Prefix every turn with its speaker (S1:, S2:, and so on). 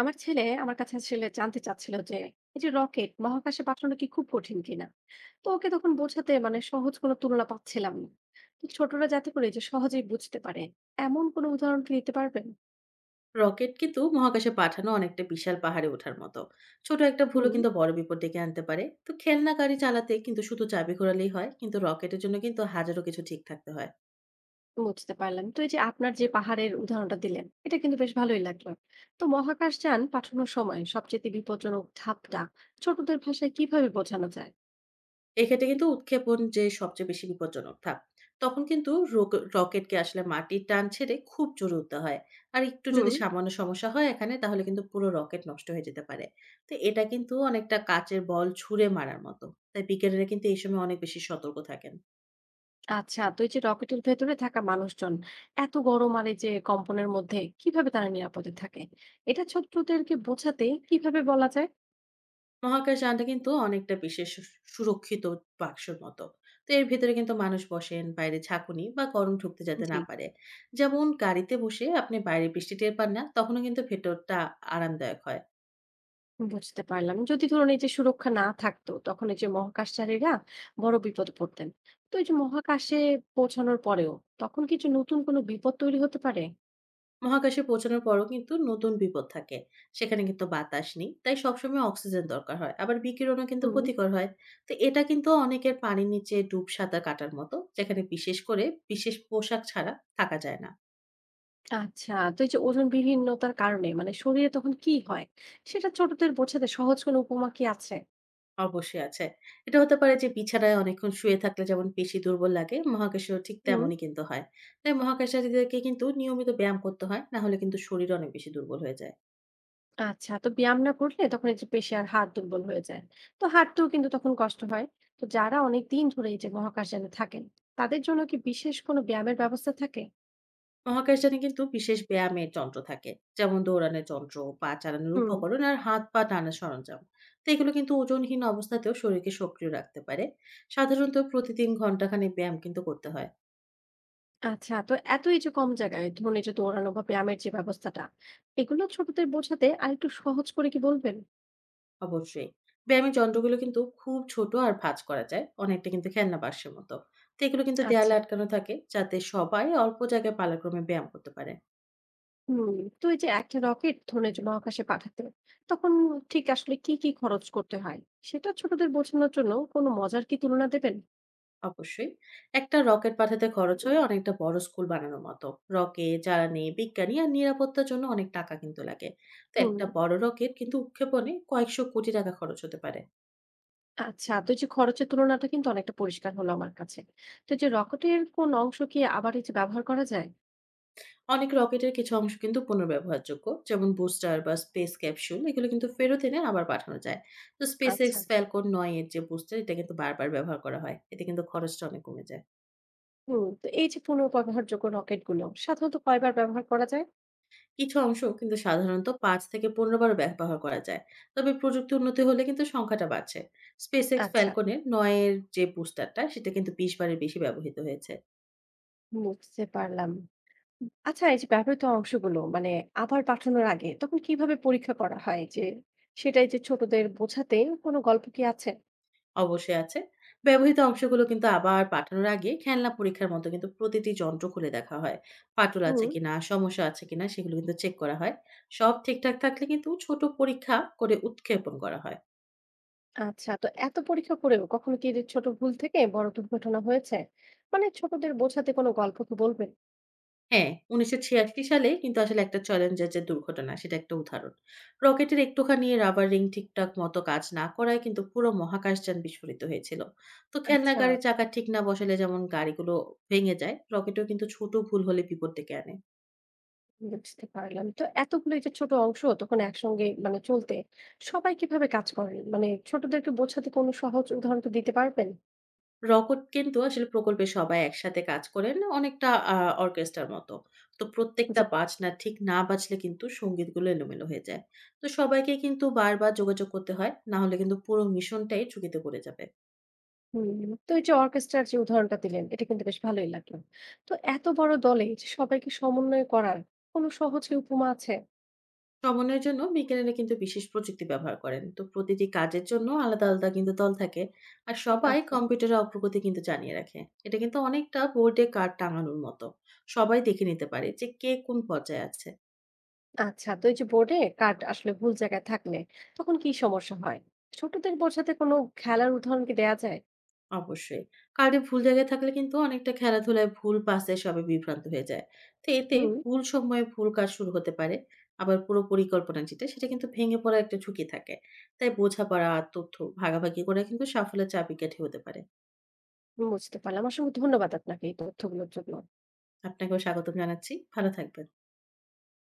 S1: আমার ছেলে আমার কাছে আসলে জানতে চাচ্ছিল যে এই যে রকেট মহাকাশে পাঠানো কি খুব কঠিন কিনা। তো ওকে তখন বোঝাতে মানে সহজ কোনো তুলনা পাচ্ছিলাম না। তো ছোটরা যাতে করে যে সহজেই বুঝতে পারে এমন কোনো উদাহরণ কি দিতে পারবেন?
S2: রকেট কিন্তু মহাকাশে পাঠানো অনেকটা বিশাল পাহাড়ে ওঠার মতো। ছোট একটা ভুলও
S1: হুম,
S2: কিন্তু বড় বিপদ ডেকে আনতে পারে। তো খেলনা গাড়ি চালাতে কিন্তু শুধু চাবি ঘোরালেই হয়, কিন্তু রকেটের জন্য কিন্তু হাজারো কিছু ঠিক থাকতে হয়।
S1: বুঝতে পারলাম। তো এই যে আপনার যে পাহাড়ের উদাহরণটা দিলেন এটা কিন্তু বেশ ভালোই লাগলো। তো মহাকাশ যান পাঠানোর সময় সবচেয়ে বিপজ্জনক ধাপটা ছোটদের ভাষায় কিভাবে বোঝানো যায়?
S2: এক্ষেত্রে কিন্তু উৎক্ষেপণ যে সবচেয়ে বেশি বিপজ্জনক ধাপ। তখন কিন্তু রকেটকে আসলে মাটির টান ছেড়ে খুব জোরে উঠতে হয়। আর একটু যদি
S1: হুম।
S2: সামান্য সমস্যা হয় এখানে, তাহলে কিন্তু পুরো রকেট নষ্ট হয়ে যেতে পারে। তো এটা কিন্তু অনেকটা কাচের বল ছুঁড়ে মারার মতো। তাই বিজ্ঞানীরা কিন্তু এই সময় অনেক বেশি সতর্ক থাকেন।
S1: আচ্ছা, তো এই যে রকেটের ভেতরে থাকা মানুষজন এত গরম আর এই যে কম্পনের মধ্যে কিভাবে তারা নিরাপদে থাকে, এটা ছোটদেরকে বোঝাতে কিভাবে বলা যায়?
S2: মহাকাশযানটা কিন্তু অনেকটা বিশেষ সুরক্ষিত বাক্সর মতো। তো এর ভেতরে কিন্তু মানুষ বসেন, বাইরে ঝাঁকুনি বা গরম ঢুকতে যাতে
S1: জি,
S2: না পারে। যেমন গাড়িতে বসে আপনি বাইরে বৃষ্টি টের পান না, তখনও কিন্তু ভেতরটা আরামদায়ক হয়।
S1: বুঝতে পারলাম। যদি ধরুন এই যে সুরক্ষা না থাকতো তখন এই যে মহাকাশচারীরা বড় বিপদে পড়তেন। তো এই যে মহাকাশে পৌঁছানোর পরেও তখন কিছু নতুন কোনো বিপদ তৈরি হতে পারে?
S2: মহাকাশে পৌঁছানোর পরও কিন্তু নতুন বিপদ থাকে। সেখানে কিন্তু বাতাস নেই, তাই সবসময় অক্সিজেন দরকার হয়, আবার বিকিরণও কিন্তু
S1: হুম।
S2: ক্ষতিকর হয়। তো এটা কিন্তু অনেকের পানির নিচে ডুব সাঁতার কাটার মতো, যেখানে বিশেষ করে বিশেষ পোশাক ছাড়া থাকা যায় না।
S1: আচ্ছা, তো এই যে ওজন বিভিন্নতার কারণে মানে শরীরে তখন কি হয়, সেটা ছোটদের বোঝাতে সহজ কোনো উপমা কি আছে?
S2: অবশ্যই আছে। এটা হতে পারে যে বিছানায় অনেকক্ষণ শুয়ে থাকলে যেমন পেশি দুর্বল লাগে, মহাকাশেও ঠিক
S1: হুম।
S2: তেমনই কিন্তু হয়। তাই মহাকাশচারীদেরকে কিন্তু নিয়মিত ব্যায়াম করতে হয়, না হলে কিন্তু শরীর অনেক বেশি দুর্বল হয়ে যায়।
S1: আচ্ছা, তো ব্যায়াম না করলে তখন এই যে পেশি আর হাত দুর্বল হয়ে যায়, তো হাঁটতেও কিন্তু তখন কষ্ট হয়। তো যারা অনেক দিন ধরে এই যে মহাকাশযানে থাকেন তাদের জন্য কি বিশেষ কোনো ব্যায়ামের ব্যবস্থা থাকে?
S2: মহাকাশযানে কিন্তু বিশেষ ব্যায়ামের যন্ত্র থাকে। যেমন দৌড়ানোর যন্ত্র, পা চালানোর
S1: হুম।
S2: উপকরণ আর হাত পা টানার সরঞ্জাম। তো এগুলো কিন্তু ওজনহীন অবস্থাতেও শরীরকে সক্রিয় রাখতে পারে। সাধারণত প্রতিদিন ঘন্টাখানেক ব্যায়াম কিন্তু করতে হয়।
S1: আচ্ছা, তো এত এই যে কম জায়গায় ধরুন এই যে দৌড়ানো বা ব্যায়ামের যে ব্যবস্থাটা, এগুলো ছোটদের বোঝাতে আর একটু সহজ করে কি বলবেন?
S2: অবশ্যই। ব্যায়ামের যন্ত্রগুলো কিন্তু খুব ছোট আর ভাঁজ করা যায়। অনেকটা কিন্তু খেলনা বাক্সের মতো। তো এগুলো কিন্তু দেয়ালে
S1: আচ্ছা।
S2: আটকানো থাকে, যাতে সবাই অল্প জায়গায় পালাক্রমে ব্যায়াম করতে পারে।
S1: হুম। তো এই যে একটা রকেট ধরুন এই যে মহাকাশে পাঠাতে তখন ঠিক আসলে কি কি খরচ করতে হয়, সেটা ছোটদের বোঝানোর জন্য কোনো মজার কি তুলনা দেবেন?
S2: অবশ্যই। একটা রকেট পাঠাতে খরচ হয় অনেকটা বড় স্কুল বানানোর মতো। রকেট, জ্বালানি, বিজ্ঞানী আর নিরাপত্তার জন্য অনেক টাকা কিন্তু লাগে। তো
S1: হুম।
S2: একটা বড় রকেট কিন্তু উৎক্ষেপণে কয়েকশো কোটি টাকা খরচ হতে পারে।
S1: আচ্ছা, তো এই যে খরচের তুলনাটা কিন্তু অনেকটা পরিষ্কার হলো আমার কাছে। তো এই যে রকেটের কোন অংশ কি আবার এই যে ব্যবহার করা যায়?
S2: অনেক রকেটের কিছু অংশ কিন্তু পুনর্ব্যবহারযোগ্য, যেমন বুস্টার বা স্পেস ক্যাপসুল এগুলো কিন্তু ফেরত এনে আবার পাঠানো যায়। তো স্পেস এক্স
S1: আচ্ছা।
S2: ফ্যালকন নয় এর যে বুস্টার, এটা কিন্তু বারবার ব্যবহার করা হয়, এতে কিন্তু খরচটা অনেক কমে যায়।
S1: হুম, তো এই যে পুনর্ব্যবহারযোগ্য রকেটগুলো সাধারণত কয়বার ব্যবহার করা যায়?
S2: কিছু অংশ কিন্তু সাধারণত পাঁচ থেকে পনেরো বার ব্যবহার করা যায়, তবে প্রযুক্তি উন্নতি হলে কিন্তু সংখ্যাটা বাড়ছে। স্পেস এক্স
S1: আচ্ছা,
S2: ফ্যালকনের নয়ের যে বুস্টারটা সেটা কিন্তু বিশ বারের বেশি ব্যবহৃত হয়েছে।
S1: বুঝতে পারলাম। আচ্ছা, এই যে ব্যবহৃত অংশগুলো মানে আবার পাঠানোর আগে তখন কিভাবে পরীক্ষা করা হয় যে, সেটাই যে ছোটদের বোঝাতে কোনো গল্প কি আছে?
S2: অবশ্যই আছে। ব্যবহৃত অংশগুলো কিন্তু আবার পাঠানোর আগে খেলনা পরীক্ষার মতো কিন্তু প্রতিটি যন্ত্র খুলে দেখা হয়। ফাটল আছে
S1: হুম।
S2: কিনা, সমস্যা আছে কিনা, সেগুলো কিন্তু চেক করা হয়। সব ঠিকঠাক থাকলে কিন্তু ছোট পরীক্ষা করে উৎক্ষেপণ করা হয়।
S1: আচ্ছা, তো এত পরীক্ষা করেও কখনো কি যে ছোট ভুল থেকে বড় দুর্ঘটনা হয়েছে? মানে ছোটদের বোঝাতে কোনো গল্প কি বলবেন?
S2: হ্যাঁ, ১৯৮৬ সালে কিন্তু আসলে একটা চ্যালেঞ্জের যে দুর্ঘটনা সেটা একটা উদাহরণ। রকেটের একটুখানি রাবার রিং ঠিকঠাক মতো কাজ না করায় কিন্তু পুরো মহাকাশযান বিস্ফোরিত হয়েছিল। তো খেলনা
S1: আচ্ছা।
S2: গাড়ির চাকা ঠিক না বসালে যেমন গাড়িগুলো ভেঙে যায়, রকেটেও কিন্তু ছোট ভুল হলে বিপদ ডেকে আনে।
S1: বুঝতে পারলাম। তো এতগুলো এই যে ছোট অংশ তখন একসঙ্গে মানে চলতে সবাই কিভাবে কাজ করেন? মানে ছোটদেরকে বোঝাতে কোনো সহজ উদাহরণ তো দিতে পারবেন?
S2: রকট কিন্তু আসলে প্রকল্পে সবাই একসাথে কাজ করেন অনেকটা আ অর্কেস্ট্রার মতো। তো প্রত্যেকটা
S1: যে।
S2: বাজনা ঠিক না বাজলে কিন্তু সংগীতগুলো এলোমেলো হয়ে যায়। তো সবাইকে কিন্তু বারবার যোগাযোগ করতে হয়, না হলে কিন্তু পুরো মিশনটাই ঝুঁকিতে পড়ে যাবে।
S1: হুম, তো এই যে অর্কেস্ট্রার যে উদাহরণটা দিলেন এটা কিন্তু বেশ ভালোই লাগলো। তো এত বড় দলে এই যে সবাইকে সমন্বয় করার কোনো সহজ কি উপমা আছে?
S2: সমন্বয়ের জন্য বিজ্ঞানীরা কিন্তু বিশেষ প্রযুক্তি ব্যবহার করেন। তো প্রতিটি কাজের জন্য আলাদা, আলাদা কিন্তু দল থাকে। আর সবাই
S1: আচ্ছা,
S2: কম্পিউটারে অগ্রগতি কিন্তু জানিয়ে রাখে। এটা কিন্তু অনেকটা বোর্ডে কার্ড টাঙানোর মতো। সবাই দেখে নিতে পারে যে কে কোন পর্যায়ে আছে।
S1: আচ্ছা। তো এই যে বোর্ডে কার্ড আসলে ভুল জায়গায় থাকলে তখন কি সমস্যা হয়? ছোটদের বোঝাতে কোনো খেলার উদাহরণ কি দেয়া যায়?
S2: অবশ্যই। কার্ডে ভুল জায়গায় থাকলে কিন্তু অনেকটা খেলাধুলায় ভুল পাসে সবাই বিভ্রান্ত হয়ে যায়। তো এতে
S1: হুম,
S2: ভুল সময়ে ভুল কাজ শুরু হতে পারে। আবার পুরো পরিকল্পনা যেটা সেটা কিন্তু ভেঙে পড়ার একটা ঝুঁকি থাকে। তাই বোঝাপড়া আর তথ্য ভাগাভাগি করে কিন্তু সাফল্যের চাবিকাঠি হতে পারে।
S1: বুঝতে পারলাম। অসংখ্য ধন্যবাদ আপনাকে এই তথ্যগুলোর জন্য।
S2: আপনাকেও স্বাগতম জানাচ্ছি। ভালো থাকবেন।